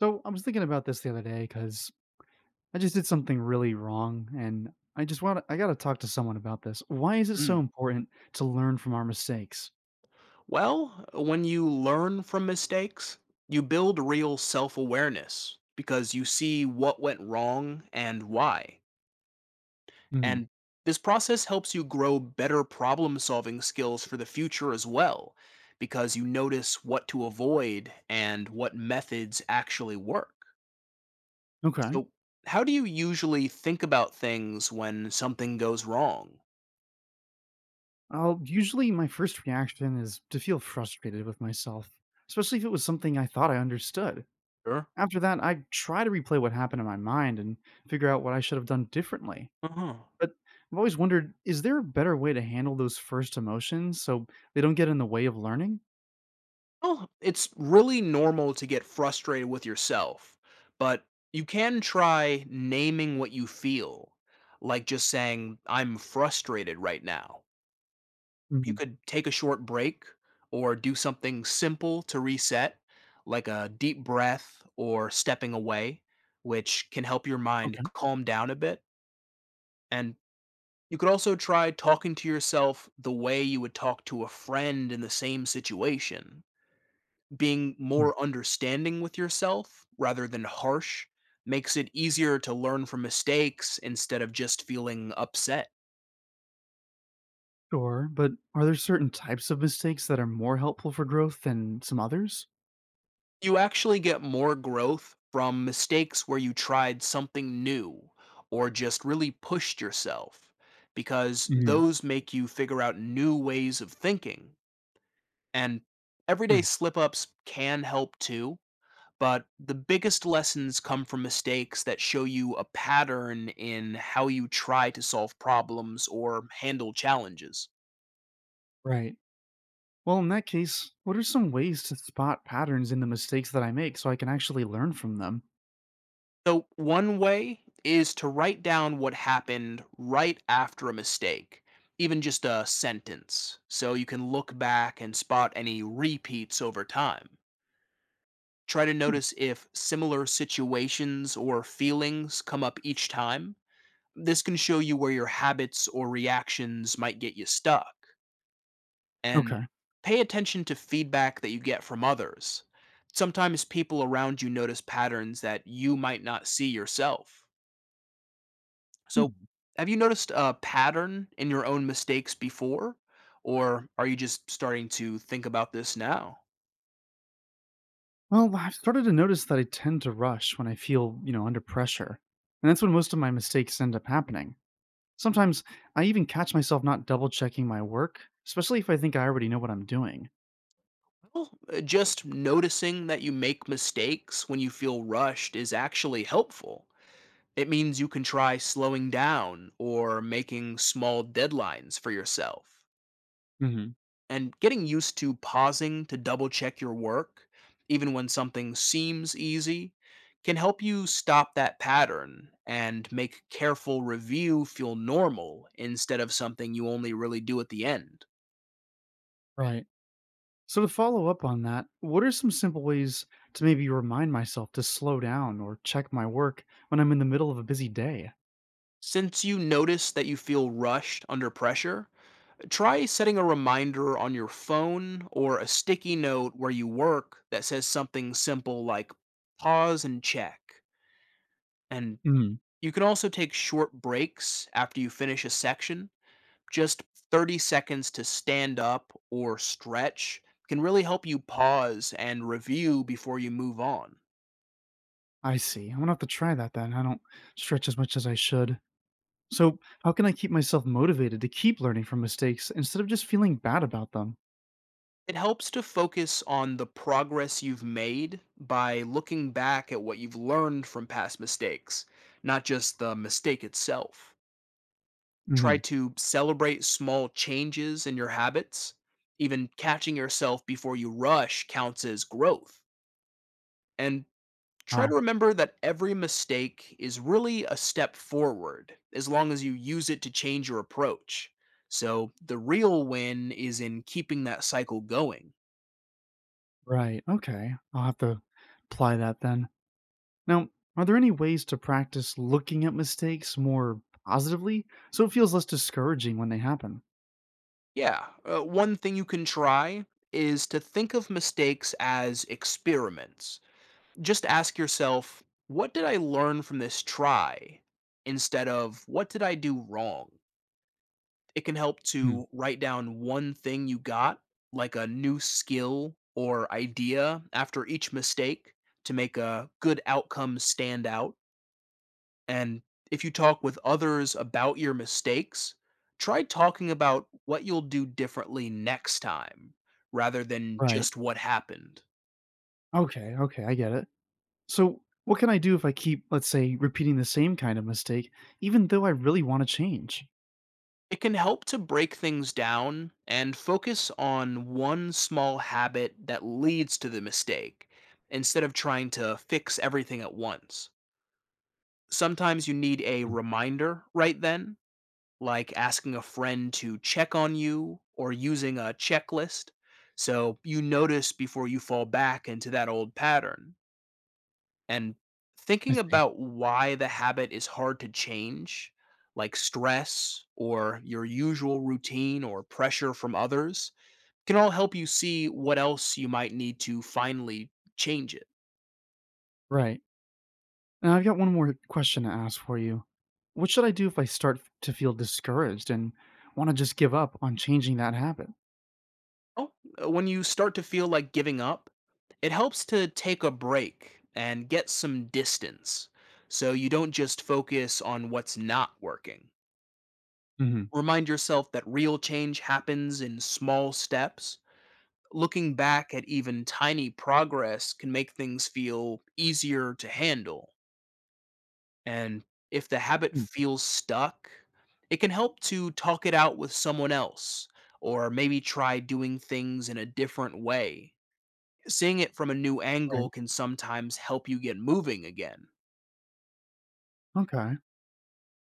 So I was thinking about this the other day because I just did something really wrong, and I just want I got to talk to someone about this. Why is it so Mm. important to learn from our mistakes? Well, when you learn from mistakes, you build real self awareness because you see what went wrong and why. Hmm. And this process helps you grow better problem solving skills for the future as well, because you notice what to avoid and what methods actually work. Okay. So, how do you usually think about things when something goes wrong? I'll usually My first reaction is to feel frustrated with myself, especially if it was something I thought I understood. Sure. After that, I try to replay what happened in my mind and figure out what I should have done differently. Uh-huh. But I've always wondered, is there a better way to handle those first emotions so they don't get in the way of learning? Well, it's really normal to get frustrated with yourself, but you can try naming what you feel, like just saying, I'm frustrated right now. You Hmm. could take a short break or do something simple to reset, like a deep breath or stepping away, which can help your mind Okay. calm down a bit. And you could also try talking to yourself the way you would talk to a friend in the same situation. Being more understanding with yourself rather than harsh makes it easier to learn from mistakes instead of just feeling upset. Sure, but are there certain types of mistakes that are more helpful for growth than some others? You actually get more growth from mistakes where you tried something new or just really pushed yourself, because Hmm. those make you figure out new ways of thinking. And everyday slip ups can help too, but the biggest lessons come from mistakes that show you a pattern in how you try to solve problems or handle challenges. Right. Well, in that case, what are some ways to spot patterns in the mistakes that I make so I can actually learn from them? So, one way is to write down what happened right after a mistake, even just a sentence, so you can look back and spot any repeats over time. Try to Hmm. notice if similar situations or feelings come up each time. This can show you where your habits or reactions might get you stuck. And Okay. pay attention to feedback that you get from others. Sometimes people around you notice patterns that you might not see yourself. Hmm. So, have you noticed a pattern in your own mistakes before? Or are you just starting to think about this now? Well, I've started to notice that I tend to rush when I feel, under pressure. And that's when most of my mistakes end up happening. Sometimes I even catch myself not double checking my work, especially if I think I already know what I'm doing. Well, just noticing that you make mistakes when you feel rushed is actually helpful. It means you can try slowing down or making small deadlines for yourself. Mhm. And getting used to pausing to double check your work, even when something seems easy, can help you stop that pattern and make careful review feel normal instead of something you only really do at the end. Right. So, to follow up on that, what are some simple ways to maybe remind myself to slow down or check my work when I'm in the middle of a busy day? Since you notice that you feel rushed under pressure, try setting a reminder on your phone or a sticky note where you work that says something simple like, pause and check. And Mm. you can also take short breaks after you finish a section. Just 30 seconds to stand up or stretch can really help you pause and review before you move on. I see. I'm gonna have to try that then. I don't stretch as much as I should. So, how can I keep myself motivated to keep learning from mistakes instead of just feeling bad about them? It helps to focus on the progress you've made by looking back at what you've learned from past mistakes, not just the mistake itself. Hmm. Try to celebrate small changes in your habits. Even catching yourself before you rush counts as growth. And try to Wow. remember that every mistake is really a step forward, as long as you use it to change your approach. So the real win is in keeping that cycle going. Right. Okay. I'll have to apply that then. Now, are there any ways to practice looking at mistakes more positively so it feels less discouraging when they happen? Yeah, one thing you can try is to think of mistakes as experiments. Just ask yourself, what did I learn from this try? Instead of, what did I do wrong? It can help Mm. to write down one thing you got, like a new skill or idea, after each mistake to make a good outcome stand out. And if you talk with others about your mistakes, try talking about what you'll do differently next time rather than Right. just what happened. Okay, okay, I get it. So, what can I do if I keep, let's say, repeating the same kind of mistake, even though I really want to change? It can help to break things down and focus on one small habit that leads to the mistake instead of trying to fix everything at once. Sometimes you need a Mm. reminder right then, like asking a friend to check on you or using a checklist, so you notice before you fall back into that old pattern. And I thinking see. about why the habit is hard to change, like stress or your usual routine or pressure from others, can all help you see what else you might need to finally change it. Right. Now, I've got one more question to ask for you. What should I do if I start to feel discouraged and want to just give up on changing that habit? Oh, when you start to feel like giving up, it helps to take a break and get some distance so you don't just focus on what's not working. Hmm. Remind yourself that real change happens in small steps. Looking back at even tiny progress can make things feel easier to handle. And if the habit feels stuck, it can help to talk it out with someone else, or maybe try doing things in a different way. Seeing it from a new angle Right. can sometimes help you get moving again. Okay.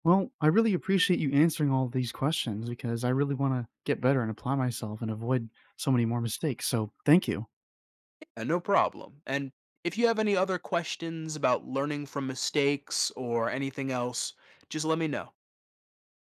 Well, I really appreciate you answering all these questions because I really want to get better and apply myself and avoid so many more mistakes. So, thank you. And no problem. And if you have any other questions about learning from mistakes or anything else, just let me know.